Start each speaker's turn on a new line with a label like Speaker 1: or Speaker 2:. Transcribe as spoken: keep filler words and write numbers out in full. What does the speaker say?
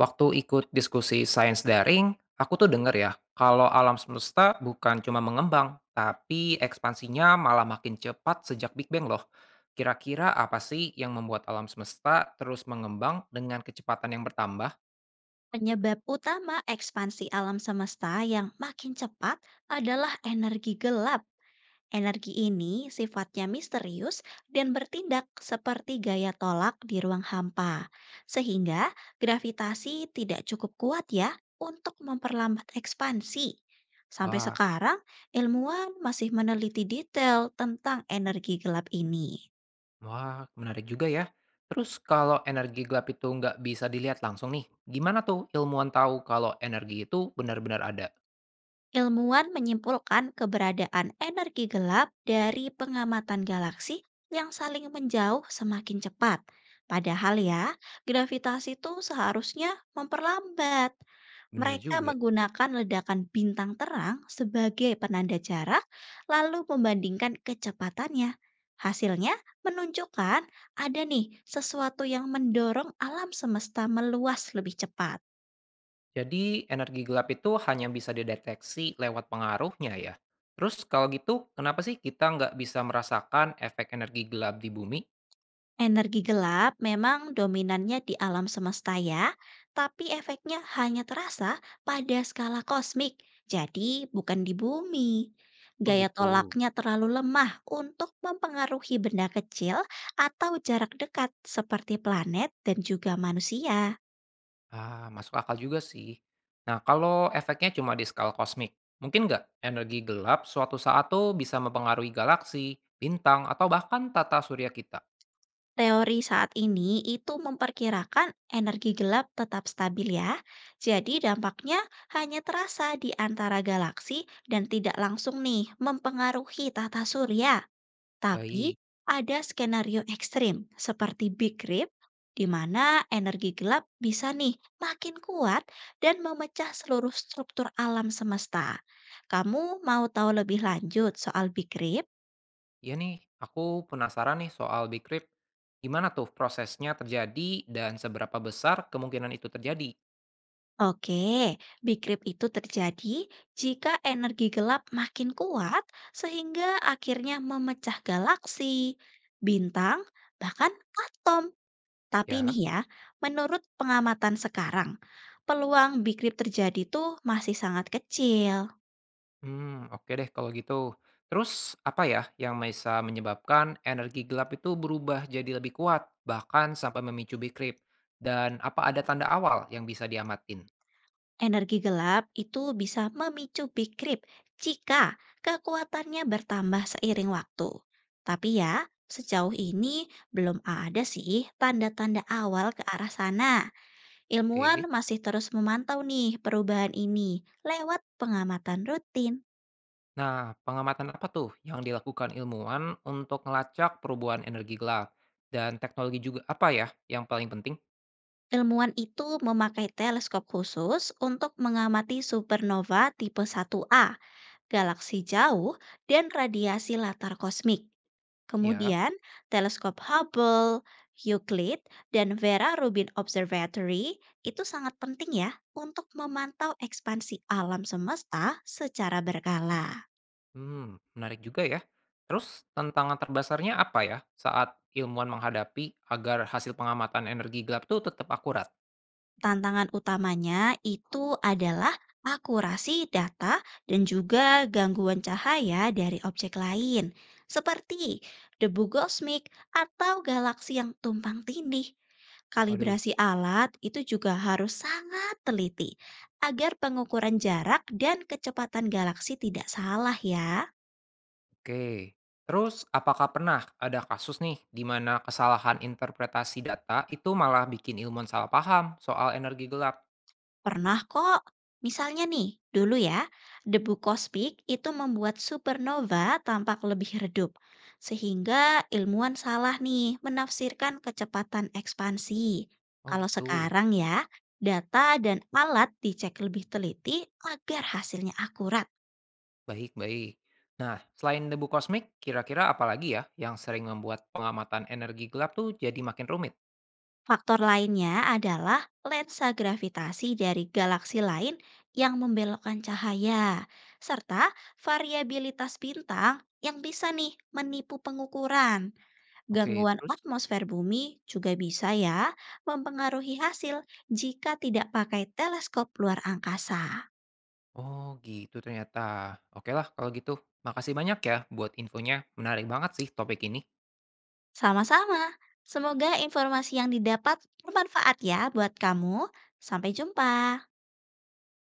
Speaker 1: Waktu ikut diskusi sains daring, aku tuh denger ya, kalau alam semesta bukan cuma mengembang, tapi ekspansinya malah makin cepat sejak Big Bang loh. Kira-kira apa sih yang membuat alam semesta terus mengembang dengan kecepatan yang bertambah?
Speaker 2: Penyebab utama ekspansi alam semesta yang makin cepat adalah energi gelap. Energi ini sifatnya misterius dan bertindak seperti gaya tolak di ruang hampa, sehingga gravitasi tidak cukup kuat ya untuk memperlambat ekspansi. Sampai
Speaker 1: Wah,
Speaker 2: sekarang, ilmuwan masih meneliti detail tentang energi gelap ini.
Speaker 1: wah menarik juga ya. Terus kalau energi gelap itu nggak bisa dilihat langsung nih, gimana tuh ilmuwan tahu kalau energi itu benar-benar ada?
Speaker 2: Ilmuwan menyimpulkan keberadaan energi gelap dari pengamatan galaksi yang saling menjauh semakin cepat. Padahal ya, gravitasi itu seharusnya memperlambat.
Speaker 1: Bener
Speaker 2: Mereka
Speaker 1: juga.
Speaker 2: menggunakan ledakan bintang terang sebagai penanda jarak, lalu membandingkan kecepatannya. Hasilnya menunjukkan ada nih sesuatu yang mendorong alam semesta meluas lebih cepat.
Speaker 1: Jadi energi gelap itu hanya bisa dideteksi lewat pengaruhnya ya. Terus kalau gitu, kenapa sih kita nggak bisa merasakan efek energi gelap di bumi?
Speaker 2: Energi gelap memang dominannya di alam semesta ya, tapi efeknya hanya terasa pada skala kosmik, jadi bukan di bumi.
Speaker 1: Oh
Speaker 2: Gaya
Speaker 1: gitu.
Speaker 2: tolaknya terlalu lemah untuk mempengaruhi benda kecil atau jarak dekat seperti planet dan juga manusia.
Speaker 1: Ah, masuk akal juga sih. Nah, kalau efeknya cuma di skala kosmik, mungkin nggak energi gelap suatu saat tuh bisa mempengaruhi galaksi, bintang, atau bahkan tata surya kita?
Speaker 2: Teori saat ini itu memperkirakan energi gelap tetap stabil ya. Jadi dampaknya hanya terasa di antara galaksi dan tidak langsung nih mempengaruhi tata surya. Tapi
Speaker 1: Baik.
Speaker 2: ada skenario ekstrim seperti Big Rip di mana energi gelap bisa nih makin kuat dan memecah seluruh struktur alam semesta. Kamu mau tahu lebih lanjut soal Big Rip?
Speaker 1: Ya nih, aku penasaran nih soal Big Rip. Gimana tuh prosesnya terjadi dan seberapa besar kemungkinan itu terjadi?
Speaker 2: Oke, Big Rip itu terjadi jika energi gelap makin kuat sehingga akhirnya memecah galaksi, bintang, bahkan atom. Tapi
Speaker 1: Ya.
Speaker 2: nih ya, menurut pengamatan sekarang, peluang Big Rip terjadi tuh masih sangat kecil.
Speaker 1: Hmm, oke deh kalau gitu. Terus apa ya yang bisa menyebabkan energi gelap itu berubah jadi lebih kuat, bahkan sampai memicu Big Rip? Dan apa ada tanda awal yang bisa diamatin?
Speaker 2: Energi gelap itu bisa memicu Big Rip jika kekuatannya bertambah seiring waktu. Tapi ya, sejauh ini belum ada sih tanda-tanda awal ke arah sana. Ilmuwan
Speaker 1: Oke.
Speaker 2: masih terus memantau nih perubahan ini lewat pengamatan rutin.
Speaker 1: Nah, pengamatan apa tuh yang dilakukan ilmuwan untuk melacak perubahan energi gelap? Dan teknologi juga apa ya yang paling penting?
Speaker 2: Ilmuwan itu memakai teleskop khusus untuk mengamati supernova tipe satu A, galaksi jauh, dan radiasi latar kosmik.
Speaker 1: Ya,
Speaker 2: Kemudian, teleskop Hubble, Euclid, dan Vera Rubin Observatory itu sangat penting ya untuk memantau ekspansi alam semesta secara berkala.
Speaker 1: hmm, menarik juga ya. Terus tantangan terbesarnya apa ya saat ilmuwan menghadapi agar hasil pengamatan energi gelap tuh tetap akurat?
Speaker 2: Tantangan utamanya itu adalah akurasi data dan juga gangguan cahaya dari objek lain, seperti debu kosmik atau galaksi yang tumpang tindih.
Speaker 1: Waduh.
Speaker 2: Kalibrasi alat itu juga harus sangat teliti agar pengukuran jarak dan kecepatan galaksi tidak salah ya.
Speaker 1: Oke. Terus apakah pernah ada kasus nih di mana kesalahan interpretasi data itu malah bikin ilmuwan salah paham soal energi gelap?
Speaker 2: Pernah kok. Misalnya nih, dulu ya, debu kosmik itu membuat supernova tampak lebih redup, sehingga ilmuwan salah nih menafsirkan kecepatan ekspansi.
Speaker 1: Oh
Speaker 2: Kalau
Speaker 1: gitu.
Speaker 2: sekarang ya, data dan alat dicek lebih teliti agar hasilnya akurat.
Speaker 1: Baik, baik. Nah, selain debu kosmik, kira-kira apa lagi ya yang sering membuat pengamatan energi gelap tuh jadi makin rumit?
Speaker 2: Faktor lainnya adalah lensa gravitasi dari galaksi lain yang membelokkan cahaya, serta variabilitas bintang yang bisa nih menipu pengukuran.
Speaker 1: Oke,
Speaker 2: Gangguan
Speaker 1: terus?
Speaker 2: atmosfer bumi juga bisa ya mempengaruhi hasil jika tidak pakai teleskop luar angkasa.
Speaker 1: Oh gitu ternyata. Oke lah kalau gitu. Makasih banyak ya buat infonya. Menarik banget sih topik ini.
Speaker 2: Sama-sama, semoga informasi yang didapat bermanfaat ya buat kamu. Sampai jumpa.